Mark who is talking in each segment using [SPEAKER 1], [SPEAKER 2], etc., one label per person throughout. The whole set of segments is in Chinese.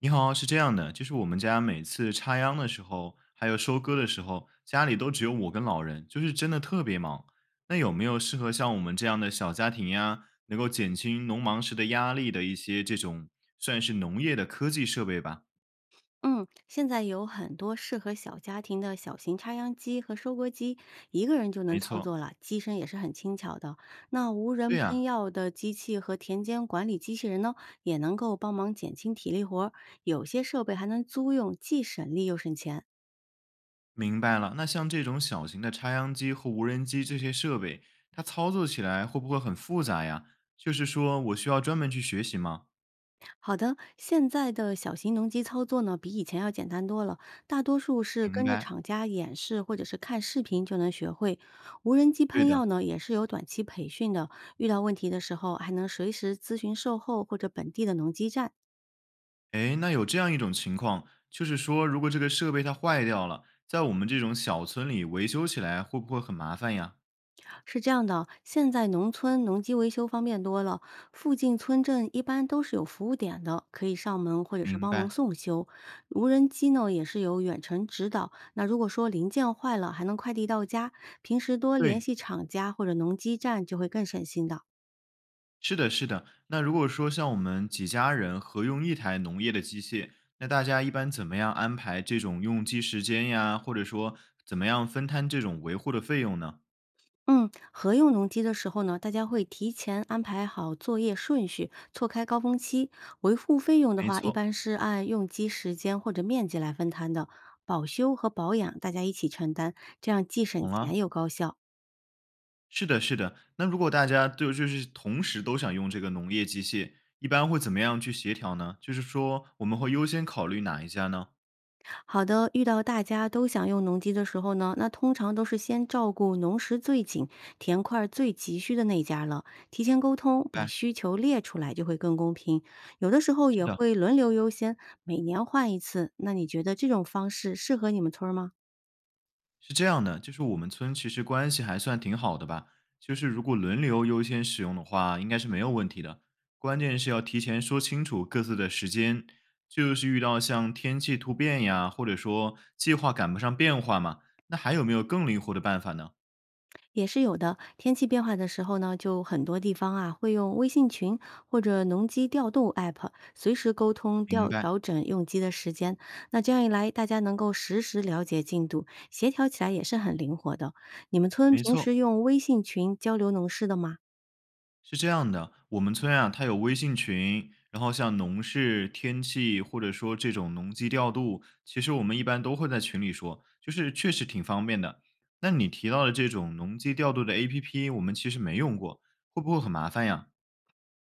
[SPEAKER 1] 你好，是这样的，就是我们家每次插秧的时候，还有收割的时候，家里都只有我跟老人，就是真的特别忙。那有没有适合像我们这样的小家庭呀，能够减轻农忙时的压力的一些这种算是农业的科技设备吧？
[SPEAKER 2] 嗯，现在有很多适合小家庭的小型插秧机和收割机，一个人就能
[SPEAKER 1] 没
[SPEAKER 2] 操
[SPEAKER 1] 错，
[SPEAKER 2] 作了，机身也是很轻巧的。那无
[SPEAKER 1] 对
[SPEAKER 2] 人喷
[SPEAKER 1] 呀，
[SPEAKER 2] 药的机器和田间管理机器人呢，也能够帮忙减轻体力活儿。有些设备还能租用，既省力又省钱。
[SPEAKER 1] 明白了。那像这种小型的插秧机和无人机这些设备，它操作起来会不会很复杂呀？就是说我需要专门去学习吗？
[SPEAKER 2] 好的，现在的小型农机操作呢，比以前要简单多了，大多数是
[SPEAKER 1] 明
[SPEAKER 2] 跟着
[SPEAKER 1] 白，
[SPEAKER 2] 厂家演示或者是看视频就能学会。无人机
[SPEAKER 1] 对
[SPEAKER 2] 喷
[SPEAKER 1] 的。
[SPEAKER 2] 药呢，也是有短期培训的，遇到问题的时候还能随时咨询售后或者本地的农机站。
[SPEAKER 1] 诶，那有这样一种情况，就是说，如果这个设备它坏掉了，在我们这种小村里维修起来会不会很麻烦呀？
[SPEAKER 2] 是这样的，现在农村农机维修方便多了，附近村镇一般都是有服务点的，可以上门或者是
[SPEAKER 1] 明
[SPEAKER 2] 帮忙
[SPEAKER 1] 白，
[SPEAKER 2] 送修。无人机呢也是有远程指导，那如果说零件坏了，还能快递到家。平时多联
[SPEAKER 1] 对，
[SPEAKER 2] 系厂家或者农机站就会更省心的。
[SPEAKER 1] 是的，是的。那如果说像我们几家人合用一台农业的机械，那大家一般怎么样安排这种用机时间呀？或者说怎么样分摊这种维护的费用呢？
[SPEAKER 2] 嗯，合用农机的时候呢，大家会提前安排好作业顺序，错开高峰期。维护费用的
[SPEAKER 1] 没
[SPEAKER 2] 话，一
[SPEAKER 1] 错，
[SPEAKER 2] 般是按用机时间或者面积来分摊的，保修和保养大家一起承担，这样既省
[SPEAKER 1] 懂
[SPEAKER 2] 钱
[SPEAKER 1] 了。
[SPEAKER 2] 又高效。
[SPEAKER 1] 是的，是的。那如果大家都就是同时都想用这个农业机械，一般会怎么样去协调呢？就是说我们会优先考虑哪一家呢？
[SPEAKER 2] 好的，遇到大家都想用农机的时候呢，那通常都是先照顾农时最紧、田块儿最急需的那家了，提前沟通，把
[SPEAKER 1] 哎，
[SPEAKER 2] 需求列出来就会更公平。有的时候
[SPEAKER 1] 是
[SPEAKER 2] 也
[SPEAKER 1] 的，
[SPEAKER 2] 会轮流优先，每年换一次。那你觉得这种方式适合你们村儿吗？
[SPEAKER 1] 是这样的，就是我们村其实关系还算挺好的吧。就是如果轮流优先使用的话，应该是没有问题的。关键是要提前说清楚各自的时间，就是遇到像天气突变呀，或者说计划赶不上变化嘛，那还有没有更灵活的办法呢？
[SPEAKER 2] 也是有的。天气变化的时候呢，就很多地方啊会用微信群或者农机调度 App 随时沟通
[SPEAKER 1] 明
[SPEAKER 2] 调
[SPEAKER 1] 白，
[SPEAKER 2] 调整用机的时间。那这样一来，大家能够实时了解进度，协调起来也是很灵活的。你们村
[SPEAKER 1] 没
[SPEAKER 2] 平
[SPEAKER 1] 错。
[SPEAKER 2] 时用微信群交流农事的吗？
[SPEAKER 1] 是这样的，我们村啊，它有微信群，然后像农事、天气，或者说这种农机调度，其实我们一般都会在群里说，就是确实挺方便的。那你提到的这种农机调度的 APP，我们其实没用过，会不会很麻烦呀？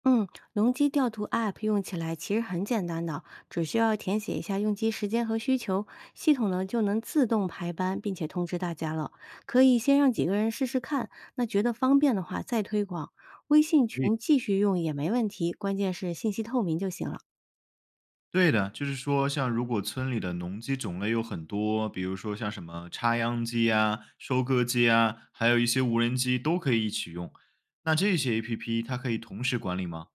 [SPEAKER 2] 嗯，农机调度 App 用起来其实很简单的，只需要填写一下用机时间和需求，系统呢就能自动排班，并且通知大家了。可以先让几个人试试看，那觉得方便的话再推广。微信群
[SPEAKER 1] 对
[SPEAKER 2] 继续用也没问题，关键是信息透明就行了。
[SPEAKER 1] 对的，就是说，像如果村里的农机种类有很多，比如说像什么插秧机啊、收割机啊，还有一些无人机都可以一起用。那这些 APP 它可以同时管理吗？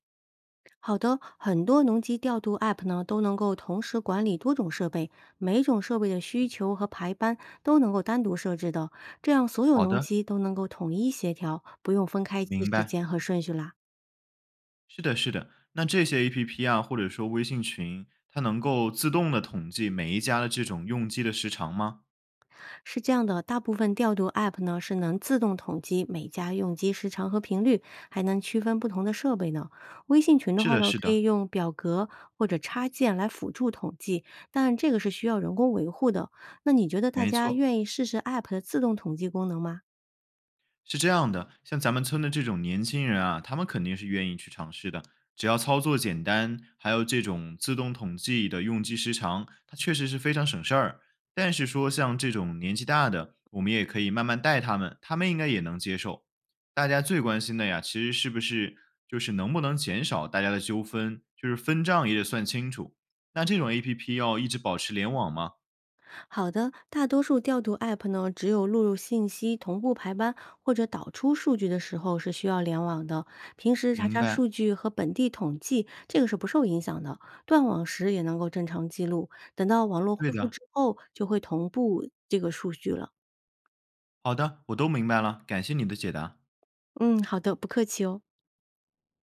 [SPEAKER 2] 好的，很多农机调度 App 呢都能够同时管理多种设备，每种设备的需求和排班都能够单独设置的，这样所有
[SPEAKER 1] 好
[SPEAKER 2] 农
[SPEAKER 1] 的，
[SPEAKER 2] 机都能够统一协调，不用分开记
[SPEAKER 1] 明
[SPEAKER 2] 时
[SPEAKER 1] 白。
[SPEAKER 2] 间和顺序啦。
[SPEAKER 1] 是的，是的。那这些 APP 啊，或者说微信群，它能够自动的统计每一家的这种用机的时长吗？
[SPEAKER 2] 是这样的，大部分调度 App 呢是能自动统计每家用机时长和频率，还能区分不同的设备呢。微信群的
[SPEAKER 1] 是
[SPEAKER 2] 话
[SPEAKER 1] 的，
[SPEAKER 2] 呢，
[SPEAKER 1] 是
[SPEAKER 2] 可
[SPEAKER 1] 的，
[SPEAKER 2] 以用表格或者插件来辅助统计，但这个是需要人工维护的。那你觉得大
[SPEAKER 1] 没
[SPEAKER 2] 家
[SPEAKER 1] 错。
[SPEAKER 2] 愿意试试 App 的自动统计功能吗？
[SPEAKER 1] 是这样的，像咱们村的这种年轻人啊，他们肯定是愿意去尝试的。只要操作简单，还有这种自动统计的用机时长，它确实是非常省事儿。但是说像这种年纪大的，我们也可以慢慢带他们，他们应该也能接受。大家最关心的呀，其实是不是就是能不能减少大家的纠纷，就是分账也得算清楚。那这种 APP 要一直保持联网吗？
[SPEAKER 2] 好的，大多数调度 App 呢，只有录入信息、同步排班或者导出数据的时候是需要联网的。平时查
[SPEAKER 1] 明
[SPEAKER 2] 查
[SPEAKER 1] 白，
[SPEAKER 2] 数据和本地统计，这个是不受影响的。断网时也能够正常记录，等到网络恢
[SPEAKER 1] 对
[SPEAKER 2] 复
[SPEAKER 1] 的，
[SPEAKER 2] 之后，就会同步这个数据了。
[SPEAKER 1] 好的，我都明白了，感谢你的解答。
[SPEAKER 2] 嗯，好的，不客气哦。